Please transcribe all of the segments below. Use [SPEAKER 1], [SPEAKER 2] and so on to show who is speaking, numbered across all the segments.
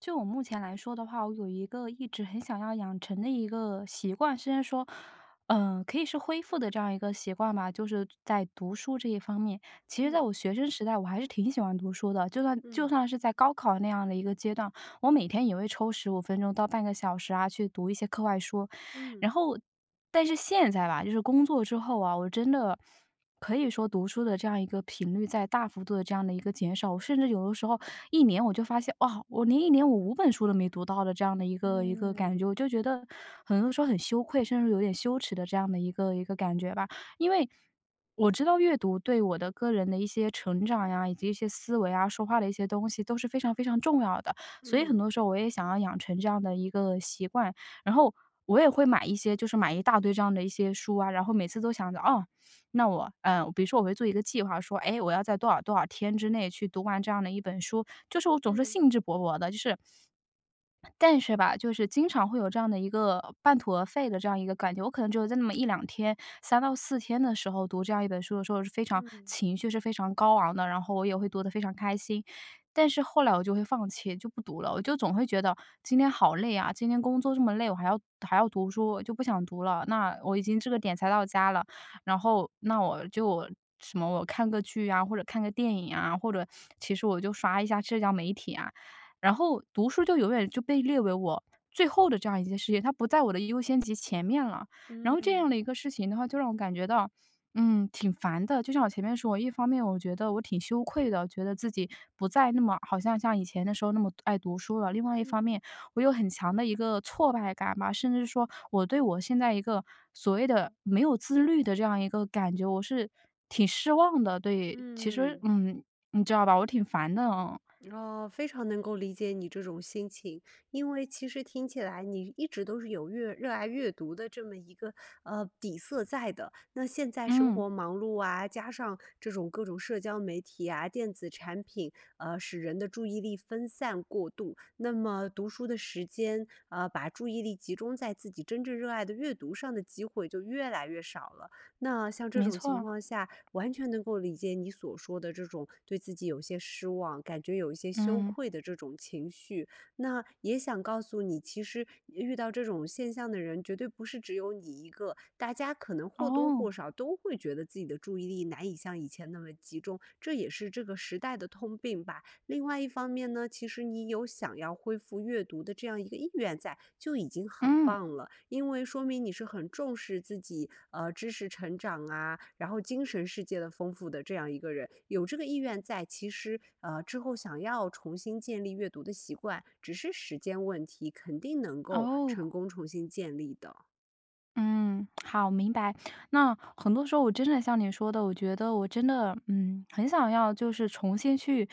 [SPEAKER 1] 就我目前来说的话，我有一个一直很想要养成的一个习惯，虽然说，可以是恢复的这样一个习惯吧，就是在读书这一方面。其实，在
[SPEAKER 2] 嗯
[SPEAKER 1] 我学生时代，我还是挺喜欢读书的，就算就
[SPEAKER 2] 嗯
[SPEAKER 1] 算是在高考那样的一个阶段，我每天也会抽15分钟到半个小时啊，去读一些课外书。
[SPEAKER 2] 嗯
[SPEAKER 1] 然后但是现在吧，就是工作之后啊，我真的可以说读书的这样一个频率在大幅度的这样的一个减少，我甚至有的时候一年我就发现，哇，我连一年我5本书都没读到的这样的一个感觉，
[SPEAKER 2] 嗯
[SPEAKER 1] 我就觉得很多时候很羞愧，甚至有点羞耻的这样的一个感觉吧。因为我知道阅读对我的个人的一些成长呀，以及一些思维啊，说话的一些东西都是非常非常重要的，所以很
[SPEAKER 2] 嗯
[SPEAKER 1] 多时候我也想要养成这样的一个习惯。然后我也会买一些，就是买一大堆这样的一些书啊，然后每次都想着，哦，那我，比如说我会做一个计划，说，哎，我要在多少多少天之内去读完这样的一本书，就是我总是
[SPEAKER 2] 嗯
[SPEAKER 1] 兴致勃勃的，就是但是吧，就是经常会有这样的一个半途而废的这样一个感觉。我可能只有在那么一两天、3到4天的时候读这样一本书的时候是非常
[SPEAKER 2] 嗯
[SPEAKER 1] 情绪是非常高昂的，然后我也会读得非常开心。但是后来我就会放弃，就不读了。我就总会觉得今天好累啊，今天工作这么累，我还要读书，就不想读了。那我已经这个点才到家了，然后那我就什么我看个剧啊，或者看个电影啊，或者其实我就刷一下社交媒体啊。然后读书就永远就被列为我最后的这样一件事情，它不在我的优先级前面了。然
[SPEAKER 2] 嗯
[SPEAKER 1] 后这样
[SPEAKER 2] 嗯
[SPEAKER 1] 的一个事情的话，就让我感觉到，嗯，挺烦的。就像我前面说，一方面我觉得我挺羞愧的，觉得自己不再那么好像像以前的时候那么爱读书了；另外一方
[SPEAKER 2] 嗯
[SPEAKER 1] 面，我有很强的一个挫败感吧，甚至说我对我现在一个所谓的没有自律的这样一个感觉，我是挺失望的。对，其实
[SPEAKER 2] 嗯，
[SPEAKER 1] 嗯，你知道吧，我挺烦的，嗯，
[SPEAKER 2] 哦，非常能够理解你这种心情，因为其实听起来你一直都是有热爱阅读的这么一个底色在的。那现在生
[SPEAKER 1] 嗯
[SPEAKER 2] 活忙碌啊，加上这种各种社交媒体啊、电子产品，使人的注意力分散过度。那么读书的时间，把注意力集中在自己真正热爱的阅读上的机会就越来越少了。那像这
[SPEAKER 1] 没
[SPEAKER 2] 种情
[SPEAKER 1] 错。
[SPEAKER 2] 况下，完全能够理解你所说的这种对自己有些失望，感觉有一些羞
[SPEAKER 1] 嗯，
[SPEAKER 2] 愧的这种情绪。那也想告诉你，其实遇到这种现象的人，绝对不是只有你一个，大家可能或多
[SPEAKER 1] 哦，
[SPEAKER 2] 或少都会觉得自己的注意力难以像以前那么集中，这也是这个时代的通病吧。另外一方面呢，其实你有想要恢复阅读的这样一个意愿在，就已经很
[SPEAKER 1] 嗯，
[SPEAKER 2] 棒了，因为说明你是很重视自己知识成长啊，然后精神世界的丰富的这样一个人，有这个意愿在，其实之后想要重新建立阅读的习惯，只是时间问题，肯定能够
[SPEAKER 1] 哦，
[SPEAKER 2] 成功重新建立的。
[SPEAKER 1] 嗯，好，明白。那很多时候我真的像你说的，我觉得我真的，嗯，很想要就是重新去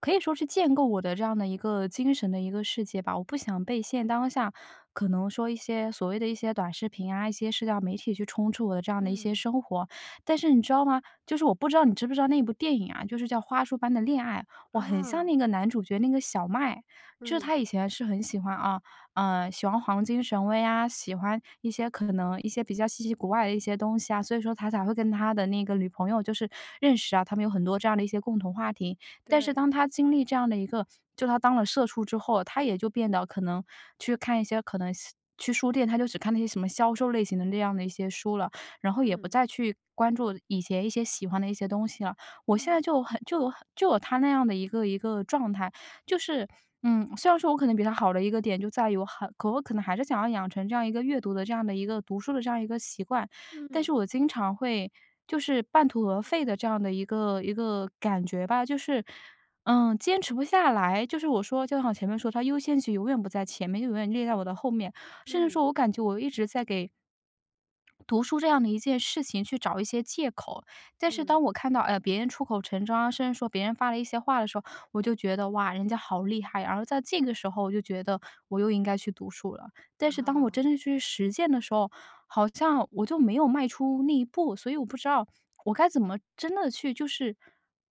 [SPEAKER 1] 可以说是建构我的这样的一个精神的一个世界吧。我不想被现当下可能说一些所谓的一些短视频啊，一些社交媒体去充斥我的这样的一些
[SPEAKER 2] 嗯，
[SPEAKER 1] 生活。但是你知道吗？就是我不知道你知不知道那部电影啊，就是叫《花束般的恋爱》，我很像
[SPEAKER 2] 啊，
[SPEAKER 1] 那个男主角那个小麦，就是
[SPEAKER 2] 嗯，
[SPEAKER 1] 他以前是很喜欢啊。嗯，喜欢黄金神威啊，喜欢一些可能一些比较稀奇古怪的一些东西啊，所以说他才会跟他的那个女朋友就是认识啊，他们有很多这样的一些共同话题。但是
[SPEAKER 2] 对，
[SPEAKER 1] 当他经历这样的一个就他当了社畜之后，他也就变得可能去看一些可能是去书店，他就只看那些什么销售类型的这样的一些书了，然后也不
[SPEAKER 2] 嗯
[SPEAKER 1] 再去关注以前一些喜欢的一些东西了。我现在
[SPEAKER 2] 嗯。
[SPEAKER 1] 就很就有他那样的一个状态，就是，嗯，虽然说我可能比他好的一个点就在于我可能还是想要养成这样一个阅读的这样的一个读书的这样一个习惯，
[SPEAKER 2] 嗯
[SPEAKER 1] 但是
[SPEAKER 2] 嗯
[SPEAKER 1] 我经常会就是半途而废的这样的一个感觉吧，就是，嗯，坚持不下来。就是我说，就像前面说，他优先级永远不在前面，就永远列在我的后面，甚至
[SPEAKER 2] 嗯
[SPEAKER 1] 说我感觉我一直在给读书这样的一件事情去找一些借口。但是
[SPEAKER 2] 嗯
[SPEAKER 1] 当我看到，哎，别人出口成章啊甚至说别人发了一些话的时候，我就觉得哇，人家好厉害。然后在这个时候，我就觉得我又应该去读书了。但是当我真
[SPEAKER 2] 啊。
[SPEAKER 1] 正去实践的时候，好像我就没有迈出那一步，所以我不知道我该怎么真的去就是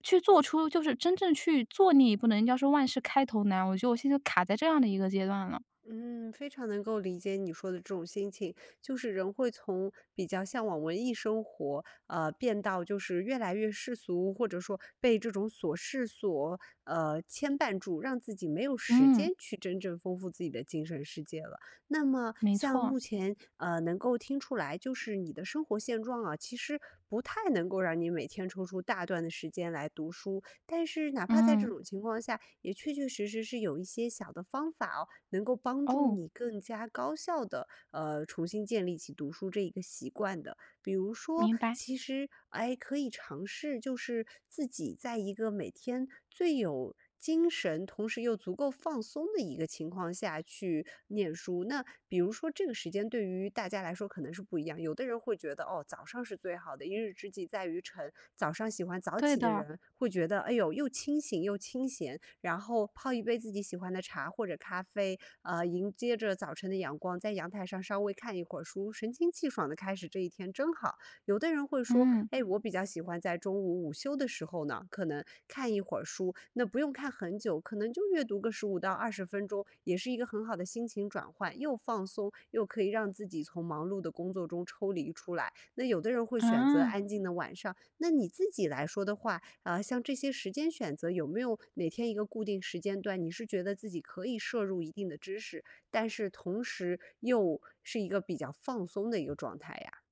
[SPEAKER 1] 去做出就是真正去做那一步呢？人家说万事开头难，我觉得我现在卡在这样的一个阶段了。
[SPEAKER 2] 嗯，非常能够理解你说的这种心情，就是人会从比较向往文艺生活，变到就是越来越世俗，或者说被这种琐事所牵绊住，让自己没有时
[SPEAKER 1] 嗯，
[SPEAKER 2] 间去真正丰富自己的精神世界了。那么，
[SPEAKER 1] 没
[SPEAKER 2] 像
[SPEAKER 1] 错，
[SPEAKER 2] 目前能够听出来，就是你的生活现状啊，其实不太能够让你每天抽出大段的时间来读书，但是哪怕在这
[SPEAKER 1] 嗯，
[SPEAKER 2] 种情况下，也确确实实是有一些小的方法哦。能够帮助
[SPEAKER 1] 哦，
[SPEAKER 2] 你更加高效的重新建立起读书这一个习惯的。比如说，
[SPEAKER 1] 明白，
[SPEAKER 2] 其实，哎，可以尝试就是自己在一个每天最有精神，同时又足够放松的一个情况下去念书。那比如说这个时间对于大家来说可能是不一样，有的人会觉得哦，早上是最好的，一日之计在于晨。早上喜欢早
[SPEAKER 1] 对
[SPEAKER 2] 起的
[SPEAKER 1] 的。
[SPEAKER 2] 人会觉得，哎呦，又清醒又清闲。然后泡一杯自己喜欢的茶或者咖啡，迎接着早晨的阳光，在阳台上稍微看一会儿书，神清气爽的开始这一天真好。有的人会说，
[SPEAKER 1] 嗯，
[SPEAKER 2] 哎，我比较喜欢在中午午休的时候呢，可能看一会儿书，那不用看很久，可能就阅读个15到20分钟，也是一个很好的心情转换，又放松，又可以让自己从忙碌的工作中抽离出来。那有的人会选择
[SPEAKER 1] 啊，
[SPEAKER 2] 安静的晚上，那你自己来说的话，啊，像这些时间选择，有没有哪天一个固定时间段，你是觉得自己可以摄入一定的知识，但是同时又是一个比较放松的一个状态呀？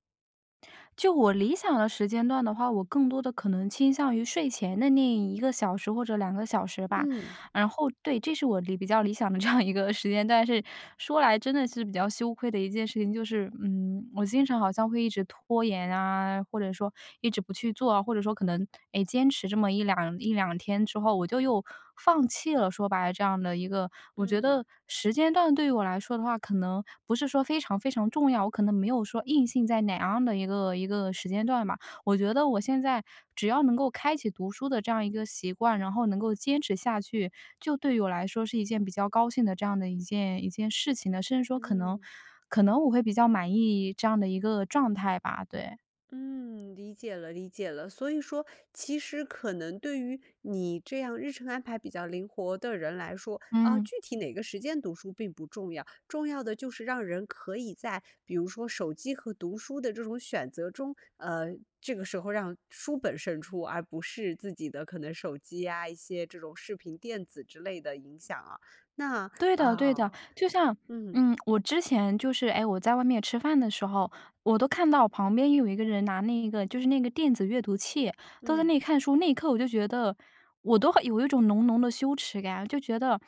[SPEAKER 1] 就我理想的时间段的话，我更多的可能倾向于睡前的那一个小时或者2个小时吧。
[SPEAKER 2] 嗯
[SPEAKER 1] 然后对，这是我比较理想的这样一个时间段，是说来真的是比较羞愧的一件事情，就是，嗯，我经常好像会一直拖延啊，或者说一直不去做啊，或者说可能，哎，坚持这么一两天之后，我就又放弃了，说白了这样的一个我觉
[SPEAKER 2] 嗯
[SPEAKER 1] 得时间段对于我来说的话，可能不是说非常非常重要，我可能没有说硬性在哪样的一个时间段吧，我觉得我现在只要能够开启读书的这样一个习惯，然后能够坚持下去，就对于我来说是一件比较高兴的这样的一件事情的，甚至说可能
[SPEAKER 2] 嗯。
[SPEAKER 1] 我会比较满意这样的一个状态吧，对。
[SPEAKER 2] 嗯，理解了，理解了。所以说，其实可能对于你这样日程安排比较灵活的人来说，啊，
[SPEAKER 1] 嗯。
[SPEAKER 2] 具体哪个时间读书并不重要，重要的就是让人可以在比如说手机和读书的这种选择中，这个时候让书本胜出，而不是自己的可能手机啊，一些这种视频、电子之类的影响啊。那
[SPEAKER 1] 对的对的，
[SPEAKER 2] 啊，
[SPEAKER 1] 就像
[SPEAKER 2] 嗯
[SPEAKER 1] 嗯，我之前就是，哎，我在外面吃饭的时候，我都看到旁边有一个人拿那个就是那个电子阅读器，都在
[SPEAKER 2] 嗯
[SPEAKER 1] 那里看书，那一刻我就觉得，我都很有一种浓浓的羞耻感，就觉得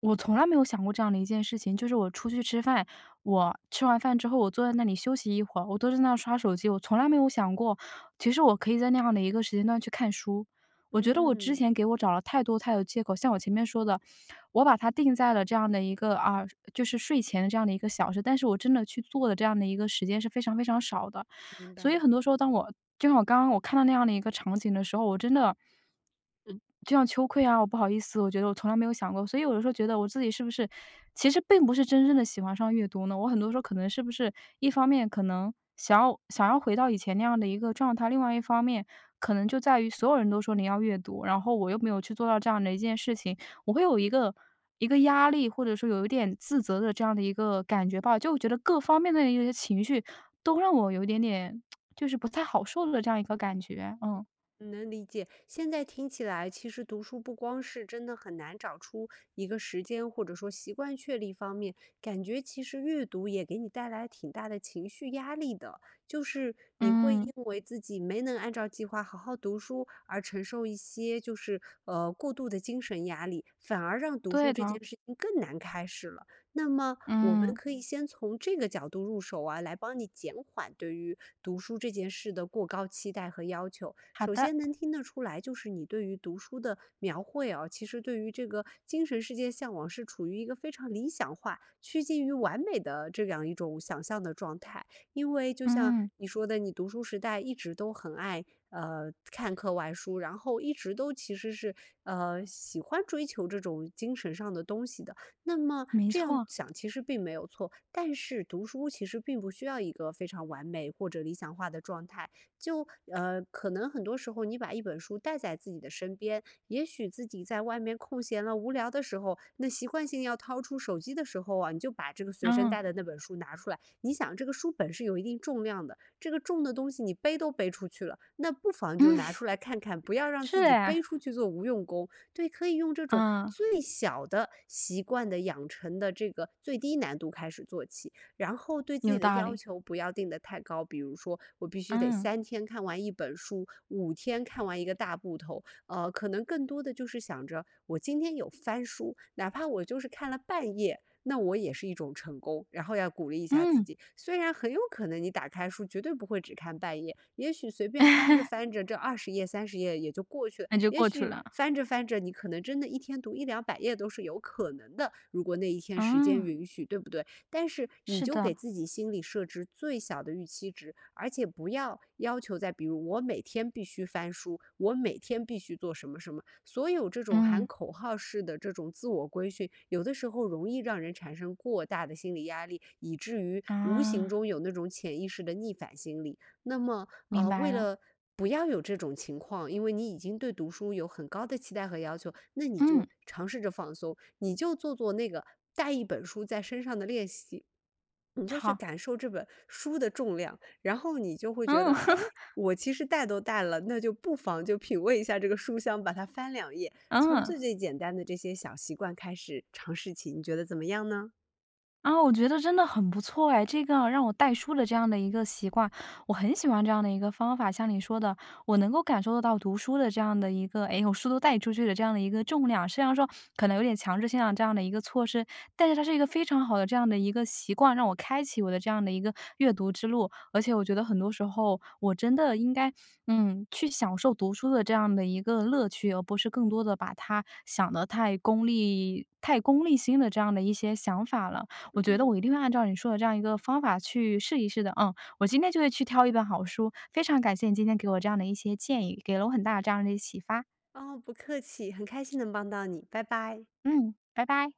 [SPEAKER 1] 我从来没有想过这样的一件事情，就是我出去吃饭，我吃完饭之后，我坐在那里休息一会儿，我都在那刷手机，我从来没有想过，其实我可以在那样的一个时间段去看书。我觉得我之
[SPEAKER 2] 嗯，
[SPEAKER 1] 前给我找了太多太多借口，像我前面说的，我把它定在了这样的一个啊，就是睡前的这样的一个小时，但是我真的去做的这样的一个时间是非常非常少的。
[SPEAKER 2] 明
[SPEAKER 1] 所以
[SPEAKER 2] 白。
[SPEAKER 1] 很多时候，当我就像我刚刚我看到那样的一个场景的时候，我真的，呃，就像羞愧啊，我不好意思，我觉得我从来没有想过。所以有的时候觉得我自己是不是其实并不是真正的喜欢上阅读呢？我很多时候可能是不是一方面可能想要回到以前那样的一个状态，另外一方面可能就在于所有人都说你要阅读，然后我又没有去做到这样的一件事情，我会有一个压力，或者说有一点自责的这样的一个感觉吧。就我觉得各方面的一些情绪都让我有一点点就是不太好受的这样一个感觉。嗯
[SPEAKER 2] 能理解，现在听起来，其实读书不光是真的很难找出一个时间或者说习惯确立方面，感觉其实阅读也给你带来挺大的情绪压力的，就是你会
[SPEAKER 1] 嗯，
[SPEAKER 2] 因为自己没能按照计划好好读书而承受一些就是过度的精神压力，反而让读
[SPEAKER 1] 对
[SPEAKER 2] 书这
[SPEAKER 1] 的，
[SPEAKER 2] 件事情更难开始了。那么我们
[SPEAKER 1] 嗯，
[SPEAKER 2] 可以先从这个角度入手啊，来帮你减缓对于读书这件事的过高期待和要求。
[SPEAKER 1] 好
[SPEAKER 2] 首
[SPEAKER 1] 的，
[SPEAKER 2] 先能听得出来，就是你对于读书的描绘啊，其实对于这个精神世界向往是处于一个非常理想化、趋近于完美的这样一种想象的状态。因为就像
[SPEAKER 1] 嗯，
[SPEAKER 2] 你说的，你读书时代一直都很爱看课外书，然后一直都其实是喜欢追求这种精神上的东西的。那么
[SPEAKER 1] 没
[SPEAKER 2] 这样
[SPEAKER 1] 错，
[SPEAKER 2] 想其实并没有错，但是读书其实并不需要一个非常完美或者理想化的状态。就可能很多时候你把一本书带在自己的身边，也许自己在外面空闲了、无聊的时候，那习惯性要掏出手机的时候啊，你就把这个随身
[SPEAKER 1] 嗯
[SPEAKER 2] 带的那本书拿出来。你想，这个书本是有一定重量的，这个重的东西你背都背出去了，那不妨就
[SPEAKER 1] 嗯，
[SPEAKER 2] 拿出 来看看，不要让自
[SPEAKER 1] 是
[SPEAKER 2] 己
[SPEAKER 1] 哎，
[SPEAKER 2] 背出去做无用功。对，可以用这种
[SPEAKER 1] 嗯，
[SPEAKER 2] 最小的习惯的养成的这个最低难度开始做起，然后对自
[SPEAKER 1] 有
[SPEAKER 2] 己的
[SPEAKER 1] 道
[SPEAKER 2] 要
[SPEAKER 1] 理，
[SPEAKER 2] 求不要定得太高，比如说我必须得
[SPEAKER 1] 嗯
[SPEAKER 2] 3天看完一本书，5天看完一个大部头，可能更多的就是想着我今天有翻书，哪怕我就是看了半页，那我也是一种成功，然后要鼓励一下自
[SPEAKER 1] 嗯，
[SPEAKER 2] 己。虽然很有可能你打开书绝对不会只看半页，也许随便翻着翻着，这20页、30页也就过去了。
[SPEAKER 1] 那就
[SPEAKER 2] 也
[SPEAKER 1] 过去
[SPEAKER 2] 许
[SPEAKER 1] 了，
[SPEAKER 2] 翻着翻着，你可能真的一天读一两百页都是有可能的，如果那一天时间
[SPEAKER 1] 嗯，
[SPEAKER 2] 允许，对不对？但是你
[SPEAKER 1] 是
[SPEAKER 2] 就
[SPEAKER 1] 的，
[SPEAKER 2] 给自己心里设置最小的预期值，而且不要要求在，比如我每天必须翻书，我每天必须做什么什么，所有这种喊
[SPEAKER 1] 嗯
[SPEAKER 2] 口号式的这种自我规训，有的时候容易让人产生过大的心理压力，以至于无形
[SPEAKER 1] 啊，
[SPEAKER 2] 中有那种潜意识的逆反心理。那么，
[SPEAKER 1] 明白
[SPEAKER 2] 为
[SPEAKER 1] 了，
[SPEAKER 2] 了不要有这种情况，因为你已经对读书有很高的期待和要求，那你
[SPEAKER 1] 嗯，
[SPEAKER 2] 就尝试着放松，你就做做那个带一本书在身上的练习，你就去
[SPEAKER 1] 好，
[SPEAKER 2] 感受这本书的重量，然后你就会觉
[SPEAKER 1] 嗯
[SPEAKER 2] 得，哎，我其实带都带了，那就不妨就品味一下这个书香，把它翻两页，从
[SPEAKER 1] 嗯。
[SPEAKER 2] 最最简单的这些小习惯开始尝试起，你觉得怎么样呢？
[SPEAKER 1] 啊，我觉得真的很不错哎，这个让我带书的这样的一个习惯，我很喜欢这样的一个方法。像你说的，我能够感受得到读书的这样的一个，哎，我书都带出去的这样的一个重量。虽然说可能有点强制性的这样的一个措施，但是它是一个非常好的这样的一个习惯，让我开启我的这样的一个阅读之路。而且我觉得很多时候，我真的应该，嗯，去享受读书的这样的一个乐趣，而不是更多的把它想得太功利、太功利心的这样的一些想法了。我觉得
[SPEAKER 2] 嗯。
[SPEAKER 1] 我一定会按照你说的这样一个方法去试一试的，嗯。我今天就会去挑一本好书，非常感谢你今天给我这样的一些建议，给了我很大的这样的启发。
[SPEAKER 2] 哦，不客气，很开心能帮到你，拜拜。
[SPEAKER 1] 嗯，拜拜。